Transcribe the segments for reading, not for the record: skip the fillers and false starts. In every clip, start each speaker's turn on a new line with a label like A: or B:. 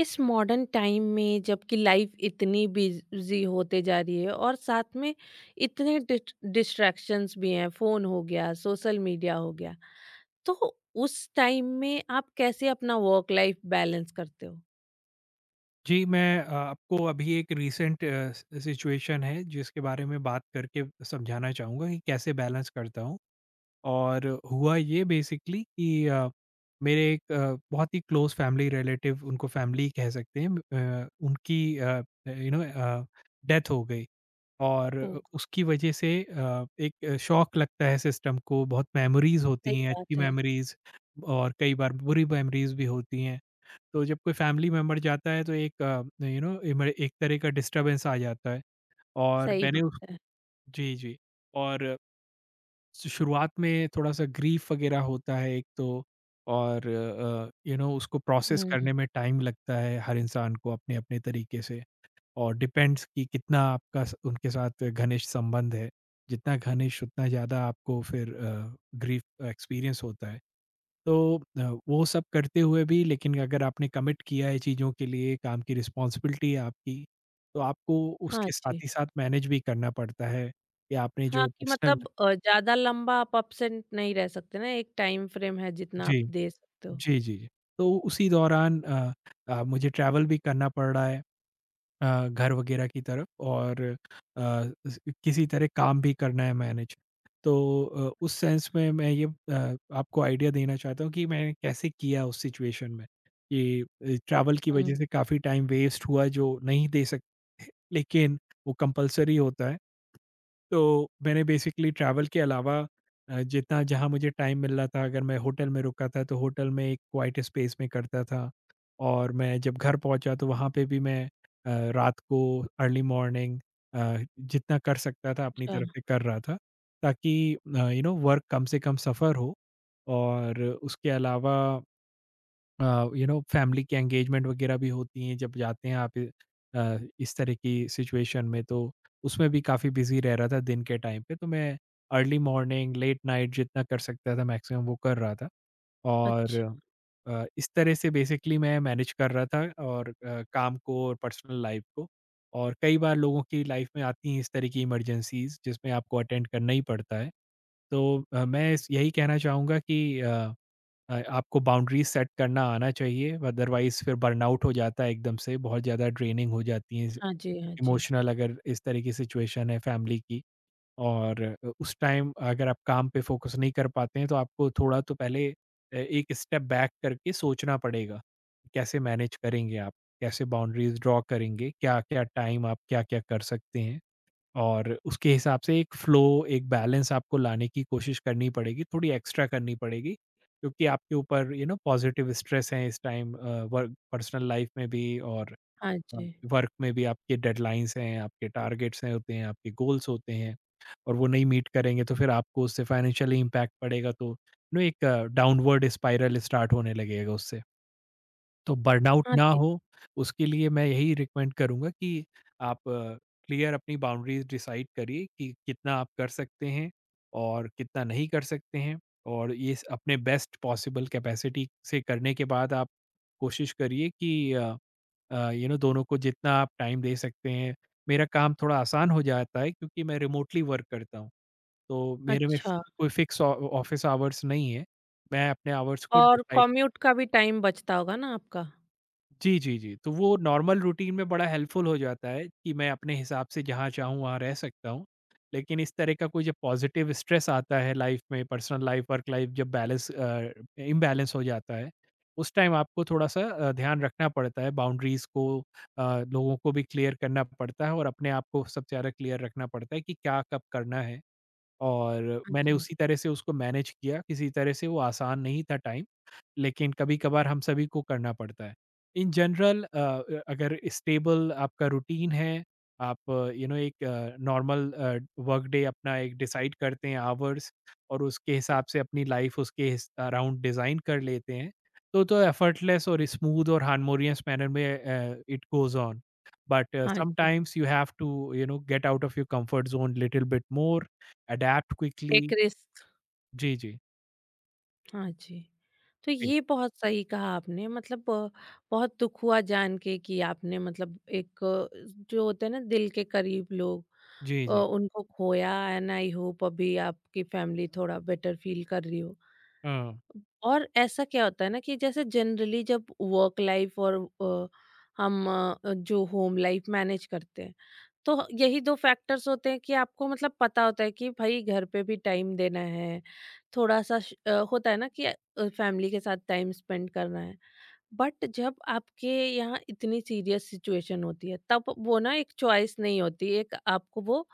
A: इस modern time में जबकि लाइफ इतनी बिजी होते जा रही है और साथ में इतने डिस्ट्रैक्शंस भी हैं, फोन हो गया, सोशल मीडिया हो गया, तो उस टाइम में आप कैसे अपना वर्क लाइफ बैलेंस करते हो?
B: जी, मैं आपको अभी एक रीसेंट सि सिचुएशन है जिसके बारे में बात करके समझाना चाहूँगा कि कैसे बैलेंस करता हूँ। और हुआ ये बेसिकली कि मेरे एक बहुत ही क्लोज़ फैमिली रिलेटिव उनको फैमिली कह सकते हैं उनकी यू नो अ, डेथ हो गई। और
A: ओ,
B: उसकी वजह से एक शॉक लगता है सिस्टम को, बहुत मेमोरीज़ होती
A: सही
B: हैं, अच्छी
A: बात है।
B: मेमोरीज़ और कई बार बुरी मेमोरीज़ भी होती हैं। तो जब कोई फैमिली मेंबर जाता है तो एक एक तरह का डिस्टरबेंस आ जाता है और
A: सही
B: मैंने
A: बात है।
B: उसको। जी, जी। और शुरुआत में थोड़ा सा ग्रीफ वगैरह होता है एक तो, और उसको प्रोसेस
A: हम्म।
B: करने में टाइम लगता है हर इंसान को अपने अपने तरीके से। और डिपेंड्स कि कितना आपका उनके साथ घनिष्ठ संबंध है, जितना घनिष्ठ उतना ज़्यादा आपको फिर ग्रीफ एक्सपीरियंस होता है। तो वो सब करते हुए भी, लेकिन अगर आपने कमिट किया है चीज़ों के लिए, काम की रिस्पॉन्सिबिलिटी है आपकी, तो आपको
A: हाँ
B: उसके साथ
A: जी।
B: ही साथ मैनेज भी करना पड़ता है कि आपने
A: हाँ
B: जो
A: कि
B: पर्सनल।
A: मतलब ज्यादा लंबा आप अपसेंट नहीं रह सकते ना, एक टाइम फ्रेम है जितना आप
B: जी,
A: दे सकते हो।
B: जी, जी। जी। तो उसी दौरान मुझे ट्रैवल भी करना पड़ रहा है। घर वगैरह की तरफ और स किसी तरह काम भी करना है मैनेज। तो उस सेंस में मैं ये आपको आइडिया देना चाहता हूँ कि मैंने कैसे किया उस सिचुएशन में, कि ट्रैवल की वजह
A: हम्म।
B: से काफ़ी टाइम वेस्ट हुआ जो नहीं दे सकते, लेकिन वो कंपल्सरी होता है। तो मैंने बेसिकली ट्रैवल के अलावा जितना जहाँ मुझे टाइम मिल रहा था, अगर मैं होटल में रुका था तो होटल में एक क्वाइट स्पेस में करता था, और मैं जब घर पहुँचा तो वहाँ पे भी मैं रात को, अर्ली मॉर्निंग जितना कर सकता था अपनी
A: अच्छा।
B: तरफ से कर रहा था, ताकि वर्क कम से कम सफ़र हो। और उसके अलावा फैमिली की एंगेजमेंट वगैरह भी होती हैं जब जाते हैं आप इस तरह की सिचुएशन में, तो उसमें भी काफ़ी बिजी रह रहा था दिन के टाइम पे, तो मैं अर्ली मॉर्निंग, लेट नाइट जितना कर सकता था मैक्सिमम वो कर रहा था। और
A: अच्छा।
B: इस तरह से बेसिकली मैं मैनेज कर रहा था और काम को और पर्सनल लाइफ को। और कई बार लोगों की लाइफ में आती हैं इस तरह की इमरजेंसीज जिसमें आपको अटेंड करना ही पड़ता है। तो मैं यही कहना चाहूँगा कि आपको बाउंड्रीज सेट करना आना चाहिए, अदरवाइज फिर बर्नआउट हो जाता है एकदम से, बहुत ज़्यादा ड्रेनिंग हो जाती है
A: हाँ जी, हाँ जी।
B: इमोशनल, अगर इस तरह की सिचुएशन है फैमिली की। और उस टाइम अगर आप काम पे फोकस नहीं कर पाते हैं, तो आपको थोड़ा तो पहले एक स्टेप बैक करके सोचना पड़ेगा कैसे मैनेज करेंगे आप, कैसे बाउंड्रीज ड्रॉ करेंगे, क्या क्या टाइम आप क्या क्या कर सकते हैं। और उसके हिसाब से एक फ़्लो, एक बैलेंस आपको लाने की कोशिश करनी पड़ेगी, थोड़ी एक्स्ट्रा करनी पड़ेगी, क्योंकि आपके ऊपर पॉज़िटिव स्ट्रेस है इस टाइम वर्क, पर्सनल लाइफ़ में भी, और
A: हाँ
B: अ,
A: जी,
B: वर्क में भी आपके डेडलाइन्स हैं, आपके टारगेट्स हैं होते हैं, आपके गोल्स होते हैं, और वो नहीं मीट करेंगे तो फिर आपको उससे फ़ाइनेंशियली इम्पैक्ट पड़ेगा, तो एक डाउनवर्ड स्पाइरल स्टार्ट होने लगेगा उससे। तो बर्नआउट
A: हाँ
B: ना
A: जी।
B: हो, उसके लिए मैं यही रिकमेंड करूँगा कि आप क्लियर अपनी बाउंड्रीज़ डिसाइड करिए, कि कितना आप कर सकते हैं और कितना नहीं कर सकते हैं, और ये स अपने बेस्ट पॉसिबल कैपेसिटी से करने के बाद आप कोशिश करिए कि दोनों को जितना आप टाइम दे सकते हैं। मेरा काम थोड़ा आसान हो जाता है क्योंकि मैं रिमोटली वर्क करता हूँ, तो मेरे में फ़
A: अच्छा।
B: कोई फिक्स ऑ ऑफ़िस आवर्स नहीं है। मैं अपने आवर्स खुद
A: और
B: डिसाइड।
A: कॉम्यूट का भी टाइम बचता होगा ना आपका?
B: जी, जी, जी। तो वो नॉर्मल रूटीन में बड़ा हेल्पफुल हो जाता है कि मैं अपने हिसाब से जहाँ चाहूँ वहाँ रह सकता हूँ। लेकिन इस तरह का कोई जब पॉज़िटिव स्ट्रेस आता है लाइफ़ में, पर्सनल लाइफ़, वर्क लाइफ़ जब बैलेंस इम्बैलेंस हो जाता है, उस टाइम आपको थोड़ा-सा ध्यान रखना पड़ता है। बाउंड्रीज़ को अ, लोगों को भी क्लियर करना पड़ता है और अपने आप को सबसे ज़्यादा क्लियर रखना पड़ता है कि क्या कब करना है। और
A: हाँ
B: मैंने
A: जी।
B: उसी तरह से उसको मैनेज किया, किसी तरह से, वो आसान नहीं था टाइम। लेकिन कभी-कभार हम सभी को करना पड़ता है। इन जनरल अगर स्टेबल आपका रूटीन है, आप एक नॉर्मल वर्क डे अपना एक डिसाइड करते हैं आवर्स, और उसके हिसाब से अपनी लाइफ उसके हिस अराउंड डिज़ाइन कर लेते हैं, तो एफर्टलेस और स्मूथ और हार्मोनियस मैनर में इट गोज़ ऑन। बट
A: हाँ जी,
B: sometimes you have to get out of your comfort zone little bit more, adapt quickly.
A: Take risk.
B: जी, जी।
A: हाँ जी। तो
B: जी,
A: ये बहुत सही कहा आपने, मतलब बहुत दुःख हुआ जान के कि आपने मतलब एक जो होते हैं ना दिल के करीब लोग,
B: जी, जी।
A: उनको खोया, एंड आई होप अभी आपकी फैमिली थोड़ा बेटर फ़ील कर रही हो।
B: हाँ।
A: और ऐसा क्या होता है ना कि जैसे जनरली जब वर्क लाइफ और अ, हम जो होम लाइफ मैनेज करते हैं, तो यही दो फैक्टर्स होते हैं कि आपको मतलब पता होता है कि भाई घर पे भी टाइम देना है, थोड़ा सा होता है ना कि फैमिली के साथ टाइम स्पेंड करना है। बट जब आपके यहाँ इतनी सीरियस सिचुएशन होती है, तब वो ना एक चॉइस नहीं होती, एक आपको वो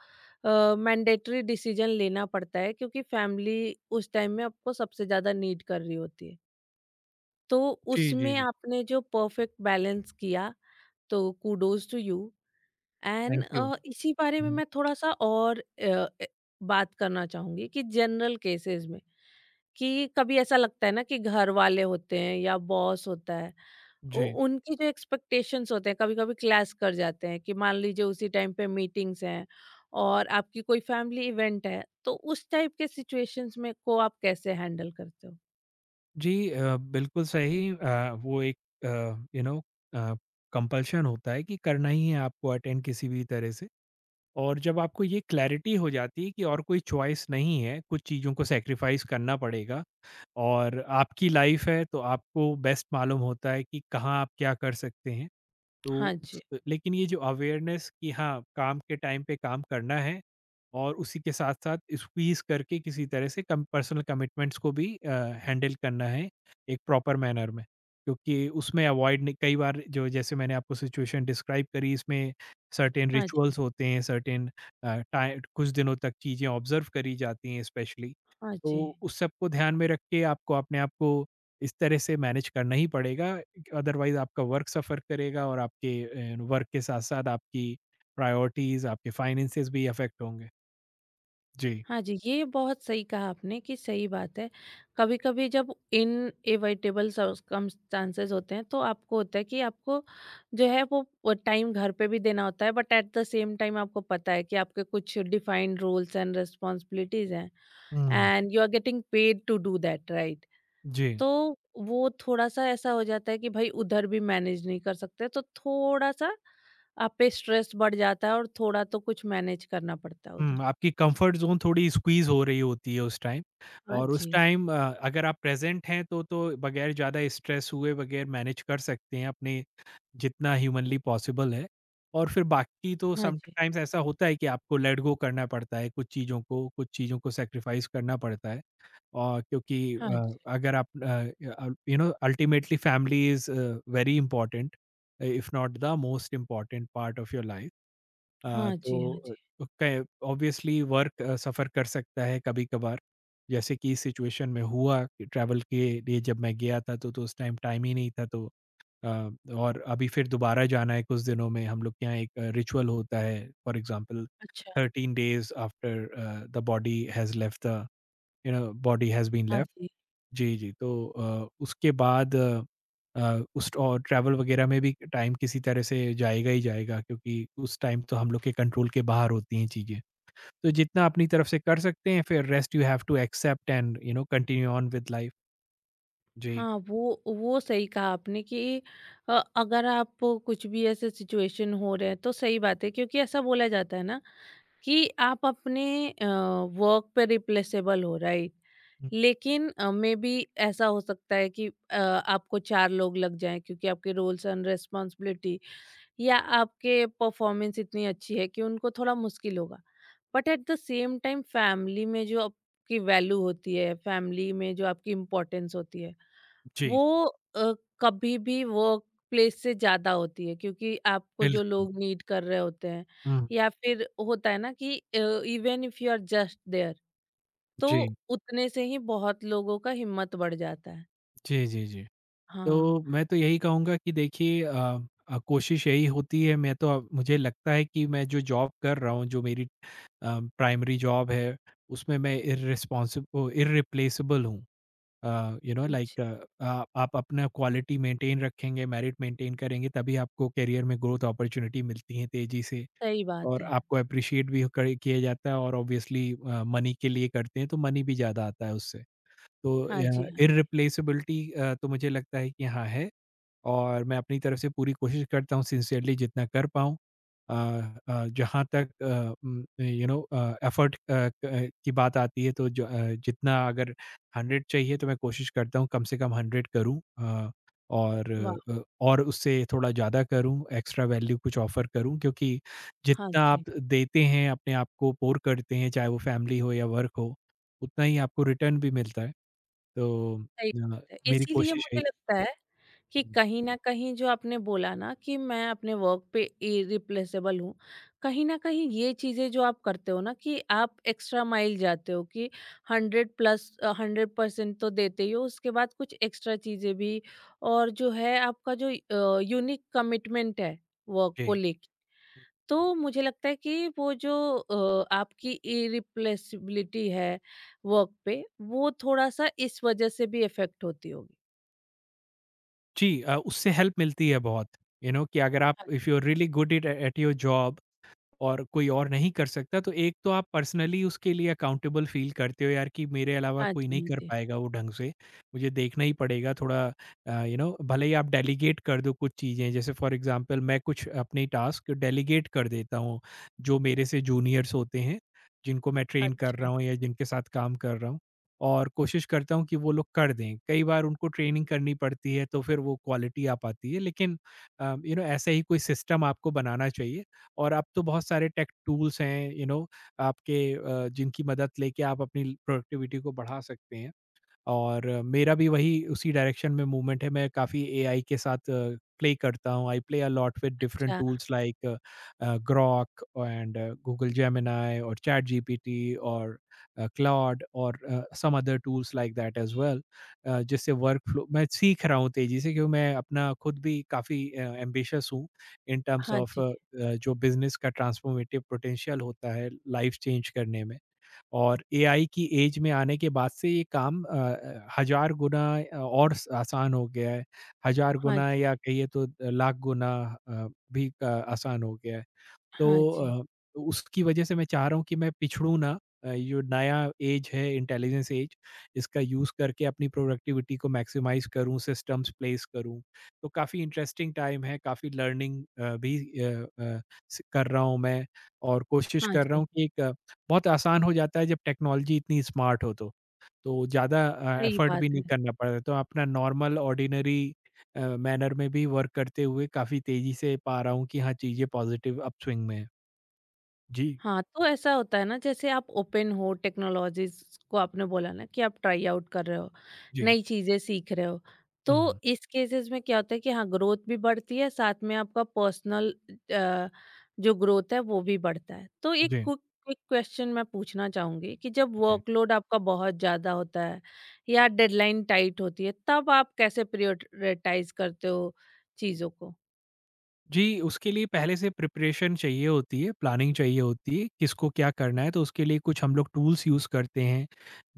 A: मैंडेटरी डिसीजन लेना पड़ता है क्योंकि फैमिली उस टाइम में आपको सबसे ज्यादा नीड कर रही होती है। तो
B: जी, जी,
A: उसमें
B: जी।
A: आपने जो परफेक्ट बैलेंस किया, तो kudos to you and
B: thank you.
A: इसी बारे में
B: हुँ।
A: मैं थोड़ा सा और बात करना चाहूंगी कि जनरल केसेस में कि कभी ऐसा लगता है ना कि घर वाले होते हैं या बॉस होता है, उ
B: जी।
A: उनकी जो एक्सपेक्टेशंस होते हैं कभी-कभी क्लैश कर जाते हैं, कि मान लीजिए उसी टाइम पे मीटिंग्स हैं और आपकी कोई फैमिली इवेंट है, तो उस टाइप के सिचुएशंस में को आप कैसे हैंडल करते हो?
B: जी, बिल्कुल सही, वो एक uh, you know uh, compulsion होता है कि करना ही है आपको अटेंड किसी भी तरह से। और जब आपको ये क्लैरिटी हो जाती है कि और कोई चॉइस नहीं है, कुछ चीज़ों को सैक्रिफाइस करना पड़ेगा, और आपकी लाइफ़ है तो आपको बेस्ट मालूम होता है कि कहाँ आप क्या कर सकते हैं। तो
A: हाँ जी,
B: उस, लेकिन ये जो अवेयरनेस कि हाँ, काम के टाइम पे काम करना है, और उसी के साथ-साथ स्क्वीज़ करके किसी तरह से कम पर्सनल कमिटमेंट्स को भी हैंडल करना है एक प्रॉपर मैनर में। क्योंकि उसमें अवॉइड नहीं, कई बार जो जैसे मैंने आपको सिचुएशन डिस्क्राइब करी, इसमें सर्टेन
A: हाँ जी,
B: रिचुअल्स होते हैं, सर्टेन टाइ कुछ दिनों तक चीज़ें ऑब्ज़र्व करी जाती हैं स्पेशली।
A: हाँ जी।
B: तो उस सब को ध्यान में रख के आपको अपने आप को इस तरह से मैनेज करना ही पड़ेगा, अदरवाइज आपका वर्क सफ़र करेगा और आपके वर्क के साथ-साथ आपकी प्रायोरिटीज़, आपके फाइनेंसेस भी अफ़ेक्ट होंगे। जी।
A: हाँ जी, ये बहुत सही कहा आपने कि सही बात है। कभी-कभी जब इनएविटेबल सर्कमस्टेंसेस होते हैं, तो आपको होता है कि आपको जो है वो टाइम घर पे भी देना होता है, but at the same time आपको पता है कि आपके कुछ डिफाइंड रूल्स एंड रिस्पॉन्सिबिलिटीज़ हैं।
B: Hmm.
A: And you are getting paid to do that, right.
B: जी।
A: तो वो थोड़ा सा ऐसा हो जाता है कि भाई उधर भी मैनेज नहीं कर सकते, तो थोड़ा सा आप पे स्ट्रेस बढ़ जाता है और थोड़ा तो कुछ मैनेज करना पड़ता है उधर।
B: हुँ, आपकी कम्फ़र्ट ज़ोन थोड़ी स्क्वीज़ हो रही होती है उस टाइम।
A: हाँ
B: और उस
A: जी,
B: टाइम अगर आप प्रेज़ेंट हैं तो बगैर ज़्यादा स्ट्रेस हुए, बगैर मैनेज कर सकते हैं अपने, जितना ह्यूमनली पॉसिबल है। और फिर बाकी तो
A: हाँ जी।
B: समटाइम्स ऐसा होता है कि आपको लेट गो करना पड़ता है कुछ चीज़ों को सैक्रिफ़ाइस करना पड़ता है। और क्योंकि
A: हाँ जी,
B: अगर आप ultimately family is very important, if not the most important part of your life.
A: हाँ जी।
B: तो
A: हाँ जी।
B: क ऑब्वियसली वर्क सफ़र कर सकता है कभी-कभार, जैसे कि इस सिचुएशन में हुआ कि ट्रैवल के लिए जब मैं गया था तो उस टाइम टाइम ही नहीं था, तो अ, और अभी फिर दोबारा जाना है कुछ दिनों में, हम लोग के यहाँ एक रिचुअल होता है फॉर एग्ज़ाम्पल,
A: अच्छा।
B: 13 days after the body has left the body has been
A: हाँ
B: लेफ्ट।
A: जी।
B: जी, जी। तो उसके बाद उस, और ट्रैवल वगैरह में भी टाइम किसी तरह से जाएगा ही जाएगा, क्योंकि उस टाइम तो हम लोग के कंट्रोल के बाहर होती हैं चीज़ें। तो जितना अपनी तरफ से कर सकते हैं, फिर rest you have to accept and continue on with life. जी।
A: हाँ, वो सही कहा आपने कि अगर आप कुछ भी ऐसे सिचुएशन हो रहे हैं, तो सही बात है क्योंकि ऐसा बोला जाता है ना कि आप अपने वर्क पे रिप्लेसेबल हो, राइट।
B: हुँ,
A: लेकिन मे बी ऐसा हो सकता है कि आपको 4 लोग लग जाएँ, क्योंकि आपके रोल्स एंड रिस्पॉन्सिबिलिटी या आपके परफॉर्मेंस इतनी अच्छी है कि उनको थोड़ा मुश्किल होगा। But at the same time family में जो आपकी वैल्यू होती है, फैमिली में जो आपकी इम्पोर्टेंस होती है,
B: जी,
A: वो अ, कभी भी वर्क प्लेस से ज़्यादा होती है, क्योंकि आपको जो
B: बिल्कुल।
A: लोग नीड कर रहे होते हैं।
B: हुँ,
A: या फिर होता है ना कि even if you are just there, तो
B: जी।
A: उतने से ही बहुत लोगों का हिम्मत बढ़ जाता है।
B: जी, जी, जी।
A: हाँ,
B: तो मैं तो यही कहूँगा कि देखिए, कोशिश यही होती है। मैं तो अब मुझे लगता है कि मैं जो जॉब कर रहा हूँ, जो मेरी प्राइमरी जॉब है, उसमें मैं इर्रेस्पॉन्सिब ओ इर्रिप्लेसेबल हूँ।
A: जी।
B: लाइक, आप अपना क्वालिटी मेंटेन रखेंगे, मेरिट मेंटेन करेंगे, तभी आपको करियर में ग्रोथ अपॉर्च्युनिटी मिलती है तेज़ी से,
A: सही बात
B: और
A: है।
B: आपको एप्रिशिएट भी करे किया जाता है, और ऑब्वियसली मनी के लिए करते हैं, तो मनी भी ज़्यादा आता है उससे। तो
A: हाँ जी, हाँ जी।
B: इर्रिप्लेसेबिलिटी, तो मुझे लगता है कि हाँ है। और मैं अपनी तरफ से पूरी कोशिश करता हूँ सिंसियरली जितना कर पाऊँ। अ जहाँ तक एफर्ट क की बात आती है, तो जितना अगर 100 चाहिए तो मैं कोशिश करता हूँ कम से कम 100 करूँ और
A: वाह!
B: और उससे थोड़ा ज़्यादा करूँ, एक्स्ट्रा वैल्यू कुछ ऑफ़र करूँ, क्योंकि
A: हाँ
B: जितना
A: जी,
B: आप देते हैं, अपने आप को पोर करते हैं, चाहे वो फैमिली हो या वर्क हो, उतना ही आपको रिटर्न भी मिलता है। तो
A: सही
B: अ,
A: बात है।
B: मेरी
A: इसीलिए
B: कोशिश है।
A: मुझे लगता है कि
B: हुँ,
A: कहीं न कहीं जो आपने बोला ना कि मैं अपने वर्क पे इरिप्लेसेबल हूँ, कहीं न कहीं ये चीज़ें जो आप करते हो ना कि आप एक्स्ट्रा माइल जाते हो, कि 100 प्लस 100% तो देते ही हो, उसके बाद कुछ एक्स्ट्रा चीज़ें भी, और जो है आपका जो यूनिक कमिटमेंट है वर्क को
B: जी।
A: लेके, तो मुझे लगता है कि वो जो आपकी इरिप्लेसिबिलिटी है वर्क पे, वो थोड़ा-सा इस वजह से भी इफ़ेक्ट होती होगी।
B: जी, उससे हेल्प मिलती है बहुत। यू you नो know, कि अगर आप,
A: हाँ।
B: If you are really good at at your job, और कोई और नहीं कर सकता, तो एक तो आप पर्सनली उसके लिए अकाउंटेबल फ़ील करते हो, यार कि मेरे अलावा
A: हाँ
B: कोई
A: जी,
B: नहीं
A: हाँ
B: कर
A: जी।
B: पाएगा वो ढंग से, मुझे देखना ही पड़ेगा थोड़ा, भले ही आप डेलीगेट कर दो कुछ चीज़ें, जैसे फॉर एग्ज़ाम्पल मैं कुछ अपने टास्क डेलीगेट कर देता हूँ, जो मेरे से जूनियर्स होते हैं, जिनको मैं ट्रेन कर
A: अच्छा,
B: रहा हूँ या जिनके साथ काम कर रहा हूँ और कोशिश करता हूँ कि वो लोग कर दें। कई बार उनको ट्रेनिंग करनी पड़ती है, तो फिर वो क्वालिटी आ पाती है, लेकिन यू नो ऐसा ही कोई सिस्टम आपको बनाना चाहिए। और अब तो बहुत सारे टेक टूल्स हैं यू नो आपके जिनकी मदद लेके आप अपनी प्रोडक्टिविटी को बढ़ा सकते हैं। और मेरा भी वही उसी डायरेक्शन में मूवमेंट है। मैं काफ़ी एआई के साथ प्ले करता हूँ। I play a lot with different
A: अच्छा।
B: Tools like Grok and Google Gemini और चैटजीपीटी और क्लॉड और some other tools like that as well, जिससे वर्क फ्लो मैं सीख रहा हूँ तेज़ी से, क्योंकि मैं अपना खुद भी काफ़ी एम्बिशियस हूँ इन टर्म्स
A: हाँ
B: ऑफ
A: जी,
B: जो बिज़नेस का ट्रांसफॉर्मेटिव पोटेंशियल होता है लाइफ़ चेंज करने में। और एआई की एज में आने के बाद से ये काम हज़ार गुना और स आसान हो गया है। हज़ार
A: हाँ
B: गुना
A: जी,
B: या कहिए तो लाख गुना अ, भी आसान हो गया है। तो
A: हाँ जी,
B: अ, उसकी वजह से मैं चाह रहा हूँ कि मैं पिछड़ूँ ना जो नया ऐज है, इंटेलिजेंस ऐज, इसका यूज़ करके अपनी प्रोडक्टिविटी को मैक्सिमाइज़ करूँ, सिस्टम्स प्लेस करूँ। तो काफ़ी इंटरेस्टिंग टाइम है, काफ़ी लर्निंग भी स कर रहा हूँ मैं और कोशिश
A: हाँ
B: कर रहा
A: जी।
B: हूँ कि एक बहुत आसान हो जाता है जब टेक्नोलॉजी इतनी स्मार्ट हो तो। तो ज़्यादा
A: सही
B: एफर्ट
A: बात
B: भी
A: है।
B: नहीं करना पड़ता है, तो अपना नॉर्मल ऑर्डिनरी मैनर में भी वर्क करते हुए काफ़ी तेज़ी से पा रहा हूँ कि हाँ, चीज़ें पॉज़िटिव अपस्विंग में हैं। जी।
A: हाँ, तो ऐसा होता है ना जैसे आप ओपन हो टेक्नोलॉजीज़ को, आपने बोला ना कि आप ट्राई आउट कर रहे हो,
B: जी।
A: नई चीज़ें सीख रहे हो।
B: हुँ, हुँ।
A: तो इस केसेस में क्या होता है कि हाँ, ग्रोथ भी बढ़ती है, साथ में आपका पर्सनल अ, जो ग्रोथ है वो भी बढ़ता है। तो एक
B: जी,
A: क्विक क्विक क्वेश्चन मैं पूछना चाहूँगी कि जब
B: जी।
A: वर्कलोड आपका बहुत ज़्यादा होता है या डेडलाइन टाइट होती है, तब आप कैसे प्रायोरिटाइज़ करते हो चीज़ों को?
B: जी, उसके लिए पहले से प्रिपरेशन चाहिए होती है, प्लानिंग चाहिए होती है, किसको क्या करना है, तो उसके लिए कुछ हम लोग टूल्स यूज़ करते हैं।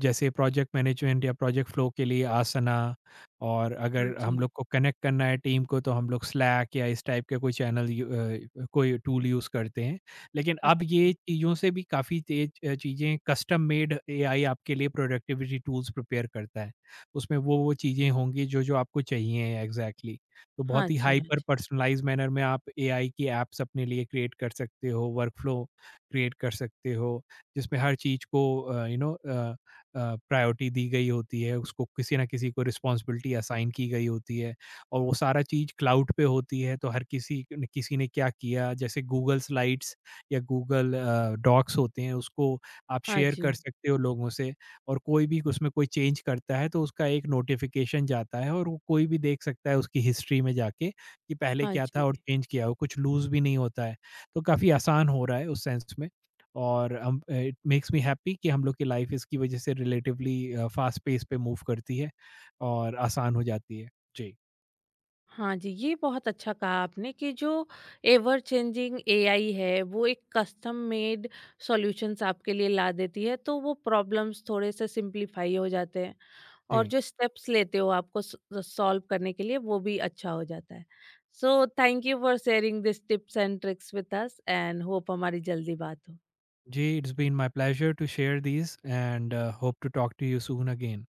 B: जैसे प्रोजेक्ट मैनेजमेंट या प्रोजेक्ट फ्लो के लिए आसना, और
A: हाँ
B: अगर हम
A: जी।
B: लोग को कनेक्ट करना है टीम को तो हम लोग स्लैक या इस टाइप के कोई चैनल यू कोई टूल यूज़ करते हैं। लेकिन अब
A: अच्छा।
B: ये चीज़ों से भी काफ़ी तेज चीज़ें कस्टम मेड एआई आपके लिए प्रोडक्टिविटी टूल्स प्रिपेयर करता है। उसमें वो-वो चीज़ें होंगी जो-जो आपको चाहिए एग्ज़ैक्टली। तो
A: हाँ
B: बहुत ही
A: जी, हाँ
B: हाइपर
A: जी।
B: पर्सनलाइज्ड मैनर में आप एआई की ऐप्स अपने लिए क्रिएट कर सकते हो, वर्कफ़्लो क्रिएट कर सकते हो, जिसमें हर चीज़ को यू नो अ, प्रायोरिटी दी गई होती है, उसको किसी न किसी को रिस्पॉन्सिबिलिटी असाइन की गई होती है और वो सारा चीज़ क्लाउड पे होती है, तो हर किसी न किसी ने क्या किया, जैसे गूगल स्लाइड्स या गूगल डॉक्स होते हैं, उसको आप
A: हाँ
B: शेयर कर
A: जी,
B: सकते हो लोगों से और कोई भी उसमें कोई चेंज करता है तो उसका एक नोटिफिकेशन जाता है और वो कोई भी देख सकता है उसकी हिस्ट्री में जाके कि पहले
A: हाँ
B: क्या था
A: जी।
B: और चेंज किया हो, कुछ लूज़ भी नहीं होता है। तो काफ़ी आसान हो रहा है उस सेंस में और हम इट मेक्स मी हैप्पी कि हम लोग की लाइफ़ इसकी वजह से रिलेटिवली फास्ट पेस पे मूव करती है और आसान हो जाती है। जी।
A: हाँ जी, ये बहुत अच्छा कहा आपने कि जो एवर चेंजिंग एआई है, वो एक कस्टम मेड सॉल्यूशंस आपके लिए ला देती है, तो वो प्रॉब्लम्स थोड़े से सिंपलीफाई हो जाते हैं और
B: जी।
A: जो स्टेप्स लेते हो आपको स सॉल्व करने के लिए, वो भी अच्छा हो जाता है। So thank you for sharing this tips and tricks with us, and hope हमारी जल्दी बात हो।
B: जी, it's been my pleasure to share these and hope to talk to you soon again.